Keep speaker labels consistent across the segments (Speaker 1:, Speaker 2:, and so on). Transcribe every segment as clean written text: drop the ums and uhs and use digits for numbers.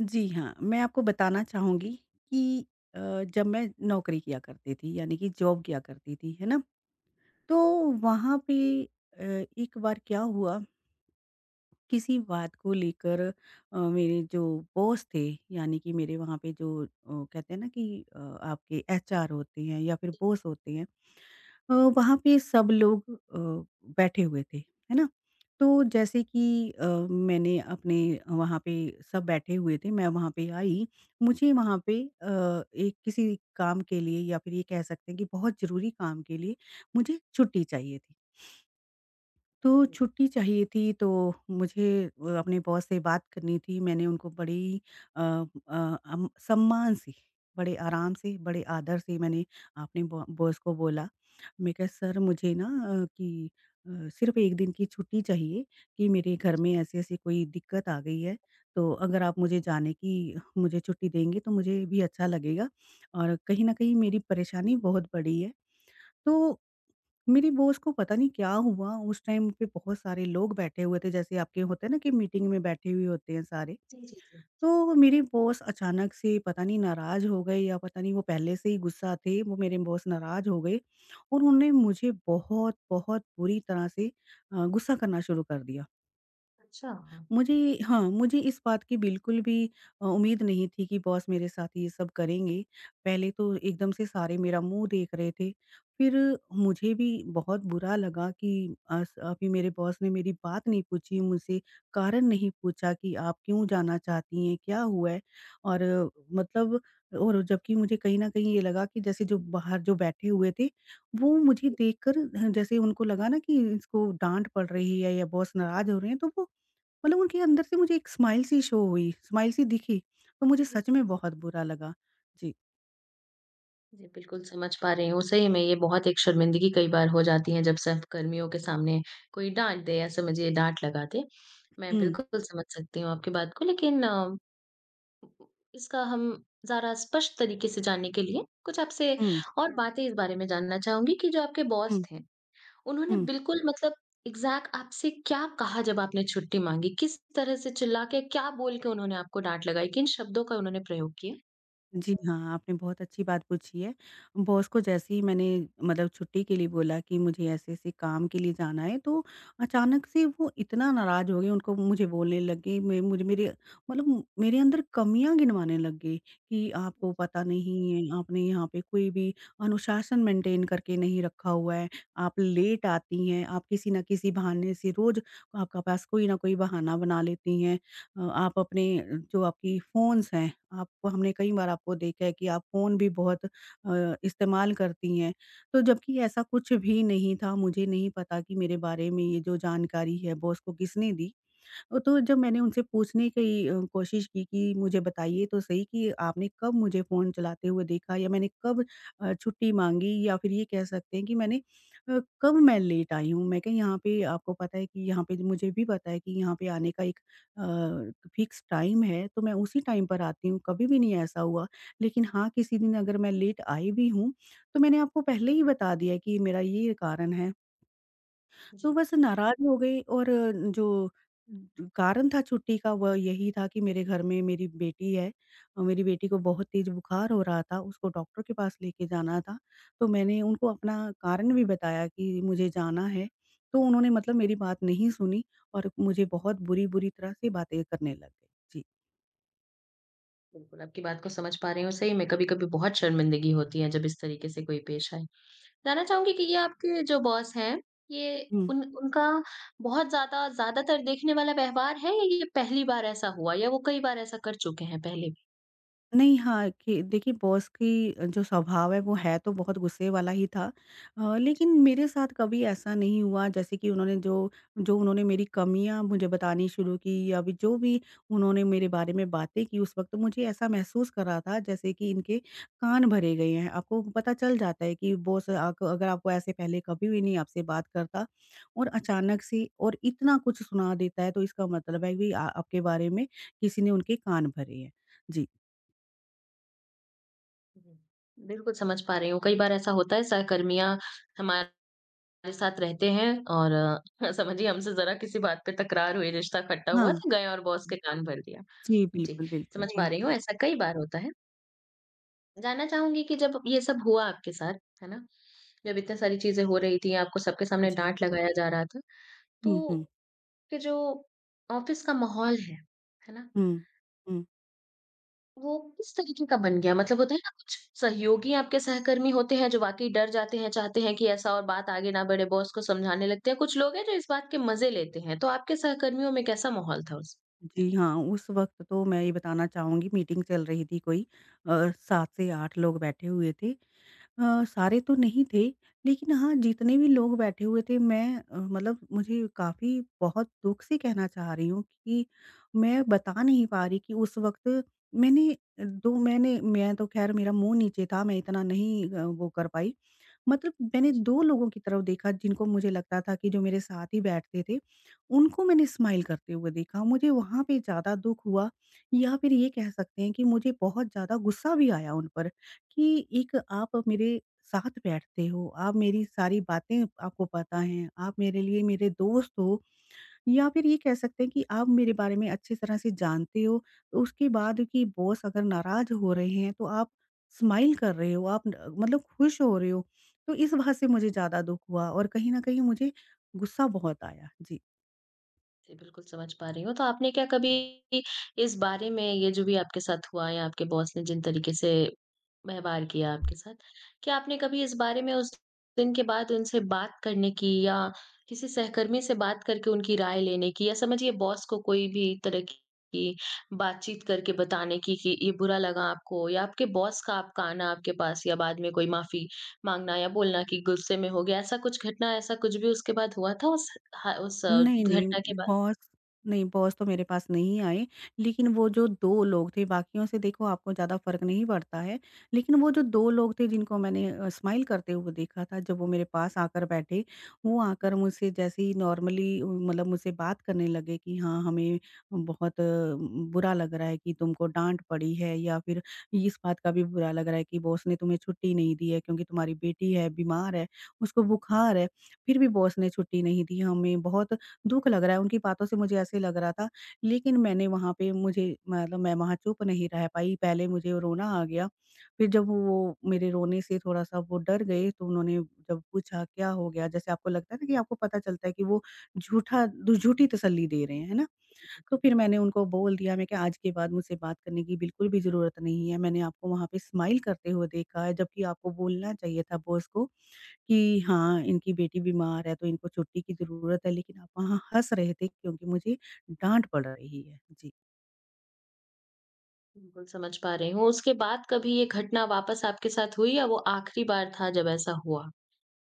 Speaker 1: जी हाँ, मैं आपको बताना चाहूँगी कि अ, जब मैं नौकरी किया करती थी यानी कि जॉब किया करती थी, है ना? तो वहाँ पे अ, एक बार क्या हुआ किसी बात को लेकर, मेरे जो बॉस थे यानी कि मेरे वहाँ पे जो कहते हैं ना कि आपके एचआर होते हैं या फिर बॉस होते हैं। वहाँ पे सब लोग बैठे हुए थे, है ना? तो जैसे कि मैंने अपने वहाँ पे सब बैठे हुए थे, मैं वहाँ पे आई, मुझे वहाँ पे एक किसी काम के लिए या फिर ये कह सकते हैं कि बहुत ज़रूरी काम के लिए मुझे छुट्टी चाहिए थी। तो छुट्टी चाहिए थी, तो मुझे अपने बॉस से बात करनी थी। मैंने उनको बड़ी अ अ, अम सम्मान से, बड़े आराम से, बड़े आदर से मैंने अपने बॉ बॉस को बोला। मैं कहा, "सर मुझे ना, अ, सिर्फ़ 1 दिन की छुट्टी चाहिए कि मेरे घर में ऐसी-ऐसी कोई दिक्कत आ गई है, तो अगर आप मुझे जाने की मुझे छुट्टी देंगे तो मुझे भी अच्छा लगेगा और कहीं न कहीं मेरी परेशानी बहुत बड़ी है।" तो मेरे बॉस को पता नहीं क्या हुआ। उस टाइम पे बहुत सारे लोग बैठे हुए थे, जैसे आपके होते हैं ना कि मीटिंग में बैठे हुए होते हैं सारे।
Speaker 2: जी, जी, जी।
Speaker 1: तो मेरे बॉस अचानक से पता नहीं नाराज हो गए, या पता नहीं वो पहले से ही गुस्सा थे, वो मेरे बॉस नाराज हो गए और उन्होंने मुझे बहुत बहुत बुरी तरह से गुस्सा करना शुरू कर दिया।
Speaker 2: अच्छा।
Speaker 1: मुझे हाँ, मुझे इस बात की बिल्कुल भी उम्मीद नहीं थी कि बॉस मेरे साथ ये सब करेंगे। पहले तो एकदम से सारे मेरा मुँह देख रहे थे। फिर मुझे भी बहुत बुरा लगा कि अस अभी मेरे बॉस ने मेरी बात नहीं पूछी, मुझसे कारण नहीं पूछा कि आप क्यों जाना चाहती हैं, क्या हुआ है? और मतलब, और जबकि मुझे कहीं न कहीं ये लगा कि जैसे जो बाहर जो बैठे हुए थे, वो मुझे
Speaker 2: जी,
Speaker 1: देखकर, जैसे उनको लगा ना कि इसको डाँट पड़ रही है या बॉस नाराज़ हो रहे हैं, तो वो मतलब उनके अंदर से मुझे एक स्माइल सी शो हुई, स्माइल सी दिखी, तो मुझे
Speaker 2: जी।
Speaker 1: सच में बहुत बुरा लगा। जी।
Speaker 2: जी, बिल्कुल समझ पा रही हूँ। सही में ये बहुत एक शर्मिंदगी कई बार हो जाती है जब सहकर्मियों के सामने कोई डाँट दे या समझिए डाँट लगा दे। मैं
Speaker 1: हुँ,
Speaker 2: बिल्कुल समझ सकती हूँ आपकी बात को, लेकिन इसका हम ज़रा स्पष्ट तरीके से जानने के लिए कुछ आपसे
Speaker 1: हुँ,
Speaker 2: और हुँ। बातें इस बारे में जानना चाहूँगी कि जो आपके बॉस
Speaker 1: हुँ,
Speaker 2: थे, उन्होंने
Speaker 1: हुँ।
Speaker 2: बिल्कुल मतलब एग्ज़ैक्ट आपसे क्या कहा जब आपने छुट्टी माँगी? किस तरह से चिल्ला के क्या बोल के उन्होंने आपको डाँट लगाई? किन शब्दों का उन्होंने प्रयोग किया?
Speaker 1: जी हाँ, आपने बहुत अच्छी बात पूछी है। बॉस को जैसे ही मैंने मतलब छुट्टी के लिए बोला कि मुझे ऐसे-ऐसे काम के लिए जाना है, तो अचानक से वो इतना नाराज़ हो गए, उनको मुझे बोलने लग गए। मैं मुझे मेरे मतलब मेरे अंदर कमियाँ गिनवाने लग गए कि आपको पता नहीं है, आपने यहाँ पे कोई भी अनुशासन मेंटेन करके नहीं रखा हुआ है, आप लेट आती हैं, आप किसी न किसी बहाने से रोज़ आपका पास कोई न कोई बहाना बना लेती हैं। आप अपने जो आपकी फ़ोन्स हैं, आपको हमने कई बार आपको देखा है कि आप फ़ोन भी बहुत इस्तेमाल करती हैं। तो जबकि ऐसा कुछ भी नहीं था, मुझे नहीं पता कि मेरे बारे में ये जो जानकारी है बॉस को किसने दी। तो जब मैंने उनसे पूछने की कोशिश की कि मुझे बताइए तो सही कि आपने कब मुझे फ़ोन चलाते हुए देखा या मैंने कब छुट्टी माँगी, या फिर ये कह सकते हैं कि मैंने कब मैं लेट आई हूँ। मैं कहा, यहाँ पे आपको पता है कि यहाँ पे मुझे भी पता है कि यहाँ पे आने का एक फ़िक्स टाइम है, तो मैं उसी टाइम पर आती हूँ, कभी भी नहीं ऐसा हुआ। लेकिन हाँ, किसी दिन अगर मैं लेट आई भी हूँ, तो मैंने आपको पहले ही बता दिया कि मेरा ये कारण है। तो
Speaker 2: जी।
Speaker 1: बस नाराज़ हो गई। और जो कारण था छुट्टी का वह यही था कि मेरे घर में मेरी बेटी है और मेरी बेटी को बहुत तेज़ बुखार हो रहा था, उसको डॉक्टर के पास लेके जाना था। तो मैंने उनको अपना कारण भी बताया कि मुझे जाना है, तो उन्होंने मतलब मेरी बात नहीं सुनी और मुझे बहुत बुरी-बुरी तरह से बातें करने लग गए।
Speaker 2: बिल्कुल, आपकी बात को समझ पा रही हूँ। सही में कभी-कभी बहुत शर्मिंदगी होती है जब इस तरीके से कोई पेश आए। जानना चाहूँगी कि ये आपके जो बॉस हैं, ये
Speaker 1: जी।
Speaker 2: उन उनका बहुत ज़्यादा ज़्यादातर देखने वाला व्यवहार है, या ये पहली बार ऐसा हुआ, या वो कई बार ऐसा कर चुके हैं पहले भी?
Speaker 1: नहीं, हाँ, कि देखिए बॉस की जो स्वभाव है वो है तो बहुत गुस्से वाला ही था। लेकिन मेरे साथ कभी ऐसा नहीं हुआ, जैसे कि उन्होंने जो, उन्होंने मेरी कमियाँ मुझे बतानी शुरू की या भी जो भी उन्होंने मेरे बारे में बातें की, उस वक़्त मुझे ऐसा महसूस कर रहा था जैसे कि इनके कान भरे गए हैं। आपको पता चल जाता है कि बॉस, आक अगर आपको ऐसे पहले कभी भी नहीं आपसे बात करता और
Speaker 2: जी।
Speaker 1: अचानक से और इतना कुछ सुना देता है, तो इसका मतलब है कि आ आपके बारे में किसी ने उनके कान भरे हैं। जी।
Speaker 2: हुँ। बिल्कुल समझ पा रही हूँ। कई बार ऐसा होता है, सहकर्मियाँ हमारे साथ रहते हैं, और समझिए हमसे ज़रा किसी बात पे तकरार हुई, रिश्ता खट्टा हुआ,
Speaker 1: हाँ।
Speaker 2: तो गए और बॉस के कान भर दिया।
Speaker 1: जी,
Speaker 2: जी,
Speaker 1: बिल्कुल, बिल्कुल।
Speaker 2: समझ पा
Speaker 1: हुँ।
Speaker 2: रही हूँ ऐसा कई बार होता है। जानना चाहूँगी कि जब ये सब हुआ आपके साथ, है ना? जब इतनी सारी चीज़ें हो रही थी, आपको सबके सामने
Speaker 1: जी।
Speaker 2: डाँट लगाया जा रहा था,
Speaker 1: हुँ, हुँ,
Speaker 2: तो फिर जो ऑफ़िस का माहौल है ना,
Speaker 1: हुँ, हुँ।
Speaker 2: वो किस तरीके का बन गया? मतलब होता है ना, कुछ सहयोगी आपके सहकर्मी होते हैं जो वाक़ई डर जाते हैं, चाहते हैं कि ऐसा और बात आगे ना बढ़े, बॉस को समझाने लगते हैं। कुछ लोग हैं जो इस बात के मज़े लेते हैं, तो आपके सहकर्मियों में कैसा माहौल था?
Speaker 1: जी हाँ, उस वक़्त तो मैं ये बताना चाहूँगी मीटिंग चल रही थी, कोई 7 से 8 लोग बैठे हुए थे। सारे तो नहीं थे, लेकिन हाँ, जितने भी लोग बैठे हुए थे मैं मतलब, मुझे काफ़ी बहुत दुःख से कहना चाह रही हूँ कि मैं बता नहीं पा रही कि उस वक़्त मैंने 2 मैंने, मैं तो ख़ैर मेरा मुँह नीचे था, मैं इतना नहीं वो कर पाई। मतलब मैंने
Speaker 2: उस
Speaker 1: 2 लोगों की तरफ देखा जिनको मुझे लगता था कि जो मेरे साथ ही बैठते थे, उनको मैंने स्माइल करते हुए देखा। मुझे वहाँ पे ज़्यादा दुःख हुआ, या फिर ये कह सकते हैं कि मुझे बहुत ज़्यादा गुस्सा भी आया उन पर कि एक, आप मेरे साथ बैठते हो, आप मेरी सारी बातें आपको पता हैं, आप मेरे लिए मेरे दोस्त हो, या फिर ये कह सकते हैं कि आप मेरे बारे में अच्छी तरह से जानते हो, तो उसके बाद कि बॉस अगर नाराज़ हो रहे हैं, तो आप स्माइल कर रहे हो, आप न मतलब खुश हो रहे हो। तो इस बात से मुझे ज़्यादा दुःख हुआ और कहीं न कहीं मुझे गुस्सा बहुत आया। जी।
Speaker 2: जी, बिल्कुल समझ पा रही हूँ। तो आपने क्या कभी इस बारे में, ये जो भी आपके साथ हुआ, या आपके बॉस ने जिन तरीके से व्यवहार किया आपके साथ, क्या आपने कभी इस बारे में उस दिन के बाद उनसे बात करने की, या किसी सहकर्मी से बात करके उनकी राय लेने की, या समझिए बॉस को कोई भी तरह की बातचीत करके बताने की कि ये बुरा लगा आपको, या आपके बॉस का आपका आना आपके पास, या बाद में कोई माफी मांगना, या बोलना कि गुस्से में हो गया, ऐसा कुछ घटना, ऐसा कुछ भी उसके बाद हुआ था उस
Speaker 1: नहीं, नहीं,
Speaker 2: घटना के बाद?
Speaker 1: बॉस, नहीं, बॉस तो मेरे पास नहीं आए, लेकिन वो जो 2 लोग थे, बाकियों से देखो आपको ज़्यादा फ़र्क नहीं पड़ता है, लेकिन वो जो 2 लोग थे जिनको मैंने स्माइल करते हुए देखा था, जब वो मेरे पास आकर बैठे, वो आकर मुझसे जैसे ही नॉर्मली मतलब मुझसे बात करने लगे कि हाँ, हमें बहुत बुरा लग रहा है कि तुमको डाँट पड़ी है, या फिर इस बात का भी बुरा लग रहा है कि बॉस ने तुम्हें छुट्टी नहीं दी है क्योंकि तुम्हारी बेटी है, बीमार है, उसको बुखार है, फिर भी बॉस ने छुट्टी नहीं दी। हमें बहुत दुःख लग रहा है, उनकी बातों से मुझे ऐसे लग रहा था, लेकिन मैंने वहाँ पे मुझे मतलब मैं वहाँ चुप नहीं रह पाई, पहले मुझे रोना आ गया। फिर जब वो मेरे रोने से थोड़ा-सा वो डर गए, तो उन्होंने जब पूछा, "क्या हो गया?" जैसे आपको लगता है ना कि आपको पता चलता है कि वो झूठा दु झूठी तसल्ली दे रहे हैं, है ना?
Speaker 2: जी,
Speaker 1: तो
Speaker 2: बिल्कुल,
Speaker 1: फिर मैंने
Speaker 2: बिल्कुल।
Speaker 1: उनको बोल दिया, मैं कहा, "आज के बाद मुझसे बात करने की बिल्कुल भी ज़रूरत नहीं है, मैंने आपको वहाँ पे स्माइल करते हुए देखा है, जबकि आपको बोलना चाहिए था बॉस को कि हाँ, इनकी बेटी बीमार है तो इनको छुट्टी की ज़रूरत है, लेकिन आप वहाँ हँस रहे थे क्योंकि मुझे डाँट पड़ रही है।" जी।
Speaker 2: बिल्कुल, समझ पा रही हूँ। उसके बाद कभी ये घटना वापस आपके साथ हुई, या वो आखिरी बार था जब ऐसा हुआ?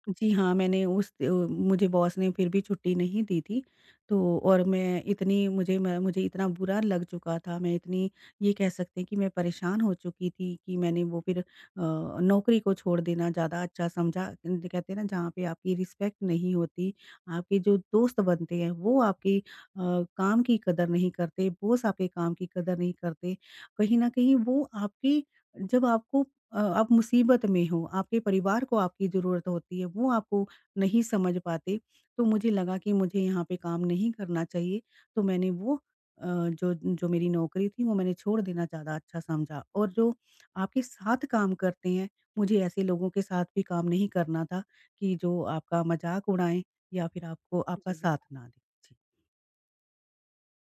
Speaker 1: जी हाँ, मैंने उस मुझे बॉस ने फिर भी छुट्टी नहीं दी थी, तो, और मैं इतनी मुझे मैं मुझे इतना बुरा लग चुका था, मैं इतनी, ये कह सकते हैं कि मैं परेशान हो चुकी थी कि मैंने वो फिर नौकरी को छोड़ देना ज़्यादा अच्छा समझा। ज कहते हैं ना जहाँ पे आपकी रिस्पेक्ट नहीं होती, आपके जो दोस्त बनते हैं वो आपकी काम की कदर नहीं करते, बॉस आपके काम की कदर नहीं करते। कहीं न कहीं वो आपकी, जब आपको आप मुसीबत में हो, आपके परिवार को आपकी ज़रूरत होती है, वो आपको नहीं समझ पाते, तो मुझे लगा कि मुझे यहाँ पे काम नहीं करना चाहिए, तो मैंने वो जो जो मेरी नौकरी थी, वो मैंने छोड़ देना ज़्यादा अच्छा समझा। और जो आपके साथ काम करते हैं, मुझे ऐसे लोगों के साथ भी काम नहीं करना था कि जो आपका मज़ाक उड़ाएँ या फिर आपको आपका
Speaker 2: जी, जी।
Speaker 1: साथ ना दें। जी।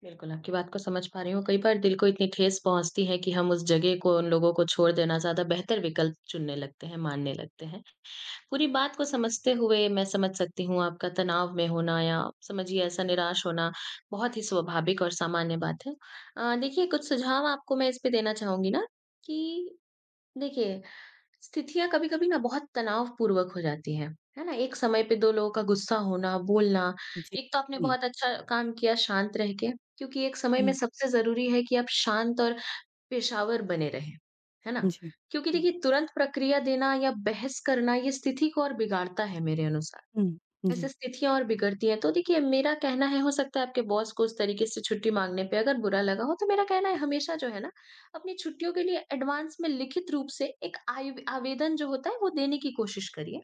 Speaker 2: बिल्कुल, आपकी बात को समझ पा रही हूँ। कई बार दिल को इतनी ठेस पहुँचती है कि हम उस जगह को, उन लोगों को छोड़ देना ज़्यादा बेहतर विकल्प चुनने लगते हैं, मानने लगते हैं। पूरी बात को समझते हुए मैं समझ सकती हूँ आपका तनाव में होना, या समझिए ऐसा निराश होना बहुत ही स्वाभाविक और सामान्य बात है। देखिए, कुछ सुझाव आपको मैं इस पे देना चाहूँगी ना, कि देखिए स्थितियाँ कभी-कभी ना बहुत तनावपूर्वक हो जाती हैं, है ना? एक समय पे 2 लोगों का गुस्सा होना, बोलना,
Speaker 1: जी।
Speaker 2: एक तो आपने
Speaker 1: हुँ,
Speaker 2: बहुत अच्छा काम किया शांत रह के, क्योंकि एक समय में सबसे ज़रूरी है कि आप शांत और पेशावर बने रहें, है ना?
Speaker 1: हुँ, जी।
Speaker 2: क्योंकि
Speaker 1: हुँ,
Speaker 2: देखिए, तुरंत प्रक्रिया देना या बहस करना, ये स्थिति को और बिगाड़ता है मेरे अनुसार।
Speaker 1: हुँ,
Speaker 2: ऐसे
Speaker 1: जी।
Speaker 2: स्थितियाँ और बिगड़ती हैं। तो देखिए, मेरा कहना है हो सकता है आपके बॉस को उस तरीके से छुट्टी माँगने पे अगर बुरा लगा हो, तो मेरा कहना है, हमेशा जो है ना, अपनी छुट्टियों के लिए एडवांस में लिखित रूप से एक आयव आवेदन जो होता है, वो देने की कोशिश करिए।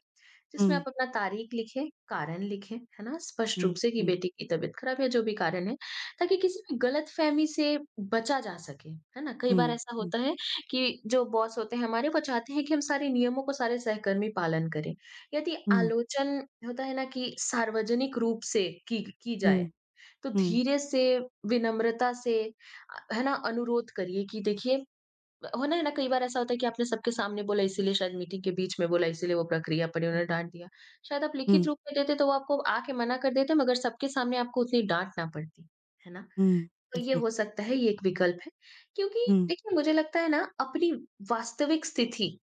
Speaker 2: जिसमें
Speaker 1: हुँ,
Speaker 2: आप अपना तारीख लिखें, कारण लिखें, है ना? स्पष्ट रूप
Speaker 1: हुँ,
Speaker 2: से कि
Speaker 1: हुँ,
Speaker 2: बेटी की तबीयत ख़राब है, जो भी कारण है, ताकि किसी भी गलतफ़हमी से बचा जा सके, है ना? कई बार
Speaker 1: हुँ,
Speaker 2: ऐसा
Speaker 1: हुँ,
Speaker 2: होता है कि जो बॉस होते हैं हमारे, वो चाहते हैं कि हम सारे नियमों को, सारे सहकर्मी पालन करें। यदि
Speaker 1: हुँ।
Speaker 2: आलोचन होता है ना कि सार्वजनिक रूप से की जाए,
Speaker 1: हुँ,
Speaker 2: तो
Speaker 1: हुँ,
Speaker 2: धीरे से, विनम्रता से, है ना, अनुरोध करिए कि देखिए होना, है ना, कई बार ऐसा होता है कि आपने सबके सामने बोला, इसीलिए शायद मीटिंग के बीच में बोला, इसीलिए वो प्रक्रिया पड़ी,
Speaker 1: हुँ,
Speaker 2: उन्होंने डांट दिया। शायद आप
Speaker 1: हुँ,
Speaker 2: लिखित रूप में देते तो वो आपको आके मना कर देते, मगर सबके सामने आपको उतनी डांट ना पड़ती, है ना?
Speaker 1: हुँ,
Speaker 2: तो ये
Speaker 1: जी,
Speaker 2: हो सकता है, ये एक विकल्प है। क्योंकि
Speaker 1: हुँ,
Speaker 2: देखिए, मुझे लगता है ना अपनी वास्तविक स्थिति,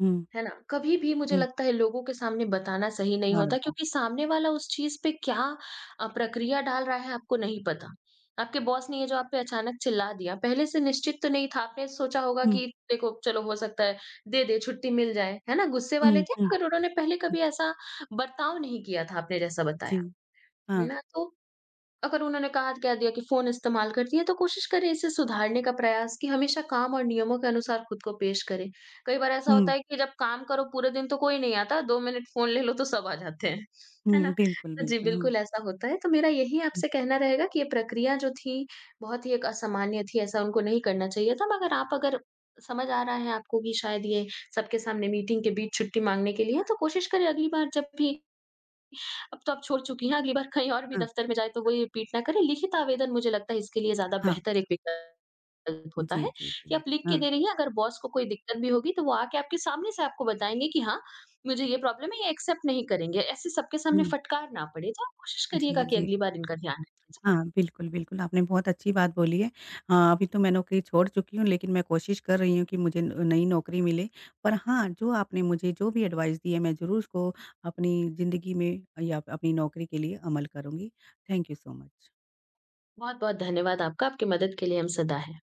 Speaker 1: हुँ,
Speaker 2: है ना? कभी भी मुझे
Speaker 1: हुँ,
Speaker 2: लगता है लोगों के सामने बताना सही नहीं
Speaker 1: हाँ
Speaker 2: होता,
Speaker 1: जी।
Speaker 2: क्योंकि सामने वाला उस चीज़ पे क्या प्रक्रिया डाल रहा है, आपको नहीं पता। आपके बॉस ने ये जो आप पे अचानक चिल्ला दिया, पहले से निश्चित तो नहीं था। आपने सोचा होगा
Speaker 1: हुँ,
Speaker 2: कि देखो, चलो हो सकता है दे दे, छुट्टी मिल जाए, है ना? गुस्से
Speaker 1: हुँ,
Speaker 2: वाले थे
Speaker 1: हुँ,
Speaker 2: मगर उन्होंने पहले
Speaker 1: हुँ,
Speaker 2: कभी ऐसा बर्ताव नहीं किया था आपने जैसा
Speaker 1: जी,
Speaker 2: बताया, है
Speaker 1: हाँ,
Speaker 2: ना? तो अगर उन्होंने कहा कह दिया कि फ़ोन इस्तेमाल करती है, तो कोशिश करें इसे सुधारने का प्रयास, कि हमेशा काम और नियमों के अनुसार खुद को पेश करें। कई बार ऐसा होता
Speaker 1: हुँ,
Speaker 2: है कि जब काम करो पूरे दिन तो कोई नहीं आता, 2 मिनट फ़ोन ले लो तो सब आ जाते हैं, है ना?
Speaker 1: हुँ, बिल्कुल,
Speaker 2: तो जी,
Speaker 1: बिल्कुल, हुँ,
Speaker 2: बिल्कुल ऐसा होता है। तो मेरा यही
Speaker 1: हुँ,
Speaker 2: आपसे कहना रहेगा कि ये प्रक्रिया जो थी, बहुत ही एक असामान्य थी, ऐसा उनको नहीं करना चाहिए था। मगर आप, अगर समझ आ रहा है आपको कि शायद ये सबके सामने मीटिंग के बीच छुट्टी माँगने के लिए है, तो कोशिश करें अगली बार जब भी अब तो आप छोड़ चुकी हैं, अगली बार कहीं और भी
Speaker 1: हाँ,
Speaker 2: दफ्तर में जाएँ तो वो ये रिपीट ना करें। लिखित आवेदन मुझे लगता है इसके लिए ज़्यादा
Speaker 1: हाँ,
Speaker 2: बेहतर एक विकल्प होता
Speaker 1: जी,
Speaker 2: है,
Speaker 1: जी,
Speaker 2: कि
Speaker 1: जी,
Speaker 2: आप लिख के
Speaker 1: हाँ,
Speaker 2: दे रही हैं। अगर बॉस को कोई दिक्कत भी होगी तो वो आके आपके सामने से आपको बताएँगे कि हाँ, मुझे ये प्रॉब्लम है, ये एक्सेप्ट नहीं करेंगे। ऐसे सबके सामने
Speaker 1: हुँ,
Speaker 2: फटकार ना पड़े, तो आप कोशिश करिएगा
Speaker 1: जी,
Speaker 2: कि
Speaker 1: जी,
Speaker 2: अगली बार इनका ध्यान रखें। जी,
Speaker 1: हाँ, बिल्कुल, बिल्कुल, आपने बहुत अच्छी बात बोली है। हाँ, अभी तो मैं नौकरी छोड़ चुकी हूँ, लेकिन मैं कोशिश कर रही हूँ कि मुझे न नई नौकरी मिले। पर हाँ, जो आपने मुझे जो भी एडवाइस दी है, मैं ज़रूर उसको अपनी ज़िंदगी में या अपनी नौकरी के लिए अमल करूँगी। Thank you so much.
Speaker 2: बहुत-बहुत धन्यवाद आपका, आपकी मदद के लिए हम सदा हैं।